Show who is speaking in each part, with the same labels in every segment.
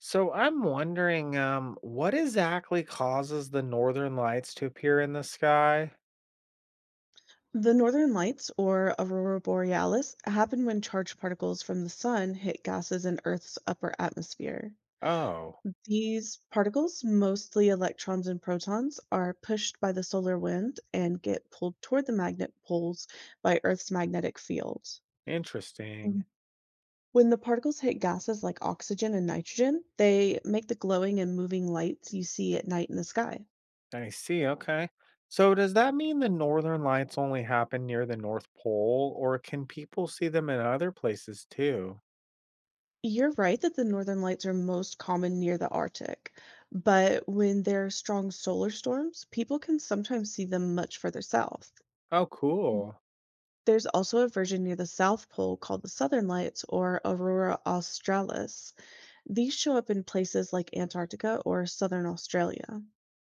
Speaker 1: So I'm wondering, what exactly causes the northern lights to appear in the sky?
Speaker 2: The northern lights, or aurora borealis, happen when charged particles from the sun hit gases in Earth's upper atmosphere.
Speaker 1: Oh,
Speaker 2: These particles, mostly electrons and protons, are pushed by the solar wind and get pulled toward the magnet poles by Earth's magnetic field.
Speaker 1: interesting.
Speaker 2: Mhm. When the particles hit gases like oxygen and nitrogen, they make the glowing and moving lights you see at night in the sky.
Speaker 1: I see. Okay. So does that mean the northern lights only happen near the North Pole, or can people see them in other places too?
Speaker 2: You're right that the northern lights are most common near the Arctic, but when there are strong solar storms, people can sometimes see them much further south.
Speaker 1: Oh, cool.
Speaker 2: There's also a version near the South Pole called the Southern Lights or Aurora Australis. These show up in places like Antarctica or southern Australia.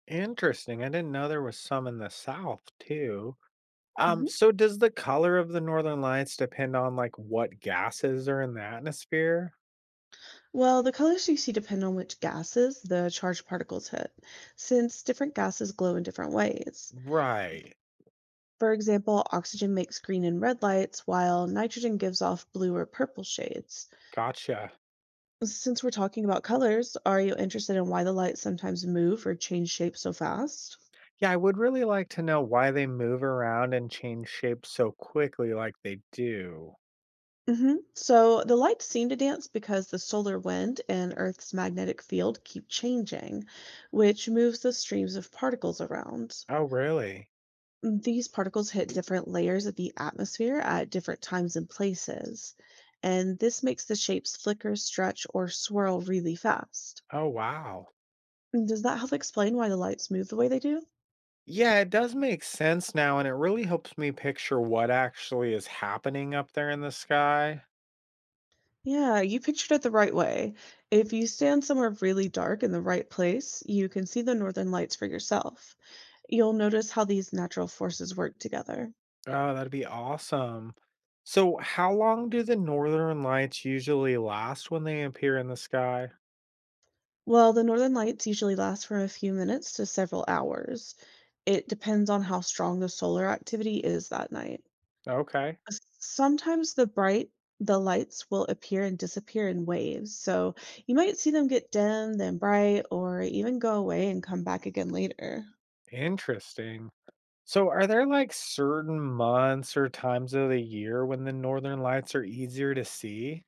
Speaker 1: Interesting. I didn't know there was some in the south too. Um,
Speaker 2: hmm
Speaker 1: so does the color of the northern lights depend on like what gases are in the atmosphere?
Speaker 2: Well, the colors you see depend on which gases the charged particles hit, since different gases glow in different ways.
Speaker 1: Right.
Speaker 2: For example, oxygen makes green and red lights, while nitrogen gives off blue or purple shades.
Speaker 1: Gotcha.
Speaker 2: Since we're talking about colors, are you interested in why the lights sometimes move or change shape so fast?
Speaker 1: Yeah, I would really like to know why they move around and change shape so quickly like they do.
Speaker 2: So the lights seem to dance because the solar wind and Earth's magnetic field keep changing, which moves the streams of particles around.
Speaker 1: Oh, really?
Speaker 2: These particles hit different layers of the atmosphere at different times and places, and this makes the shapes flicker, stretch, or swirl really fast.
Speaker 1: Oh, wow.
Speaker 2: And does that help explain why the lights move the way they do?
Speaker 1: Yeah, it does make sense now, and it really helps me picture what actually is happening up there in the sky.
Speaker 2: Yeah, you pictured it the right way. If you stand somewhere really dark in the right place, you can see the northern lights for yourself. You'll notice how these natural forces work together.
Speaker 1: Oh, that'd be awesome. So, how long do the northern lights usually last when they appear in the sky?
Speaker 2: Well, the northern lights usually last from a few minutes to several hours. It depends on how strong the solar activity is that night.
Speaker 1: Okay,
Speaker 2: S sometimes the lights will appear and disappear in waves, so you might see them get dim, then bright, or even go away and come back again later.
Speaker 1: interesting. So, are there like certain months or times of the year when the northern lights are easier to see?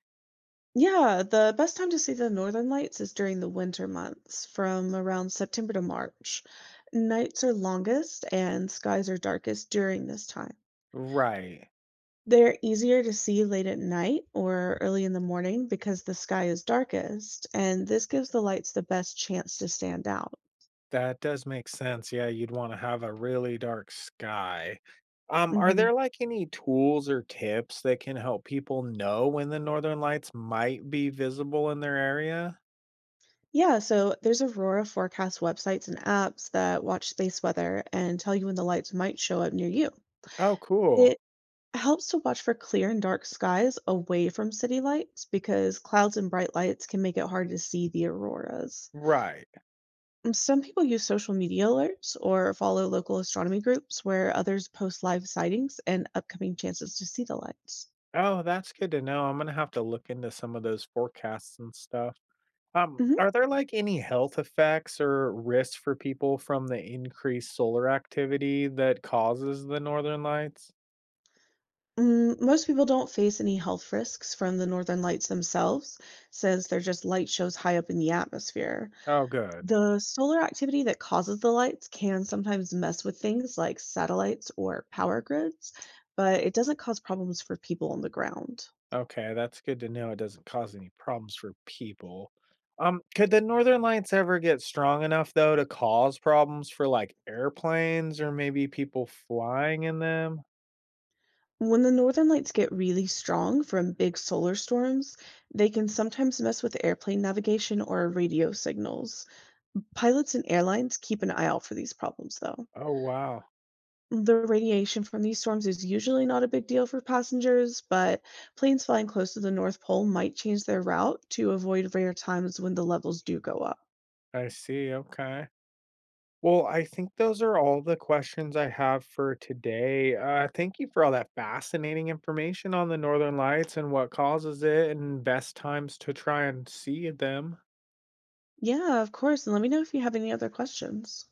Speaker 2: Yeah, the best time to see the northern lights is during the winter months, from around September to March. Nights are longest and skies are darkest during this time.
Speaker 1: Right.
Speaker 2: They're easier to see late at night or early in the morning because the sky is darkest, and this gives the lights the best chance to stand out.
Speaker 1: That does make sense. Yeah, you'd want to have a really dark sky. Are
Speaker 2: Mhm.
Speaker 1: there like any tools or tips that can help people know when the northern lights might be visible in their area?
Speaker 2: Yeah, so there's Aurora forecast websites and apps that watch space weather and tell you when the lights might show up near you.
Speaker 1: Oh,
Speaker 2: It
Speaker 1: cool.
Speaker 2: helps to watch for clear and dark skies away from city lights because clouds and bright lights can make it hard to see the auroras.
Speaker 1: Right.
Speaker 2: And some people use social media alerts or follow local astronomy groups where others post live sightings and upcoming chances to see the lights.
Speaker 1: Oh, that's good to know. I'm going to have to look into some of those forecasts and stuff.
Speaker 2: Mhm.
Speaker 1: Are there like any health effects or risks for people from the increased solar activity that causes the northern lights?
Speaker 2: Most people don't face any health risks from the northern lights themselves, since they're just light shows high up in the atmosphere.
Speaker 1: Oh, good.
Speaker 2: The solar activity that causes the lights can sometimes mess with things like satellites or power grids, but it doesn't cause problems for people on the ground.
Speaker 1: Okay, that's good to know it doesn't cause any problems for people. Could the Northern Lights ever get strong enough though to cause problems for like airplanes or maybe people flying in them?
Speaker 2: When the northern lights get really strong from big solar storms, they can sometimes mess with airplane navigation or radio signals. Pilots and airlines keep an eye out for these problems, though.
Speaker 1: Oh wow,
Speaker 2: The radiation from these storms is usually not a big deal for passengers, but planes flying close to the North Pole might change their route to avoid rare times when the levels do go up.
Speaker 1: I see. Okay. Well, I think those are all the questions I have for today. Thank you for all that fascinating information on the Northern Lights and what causes it and best times to try and see them.
Speaker 2: Yeah, of course. And let me know if you have any other questions.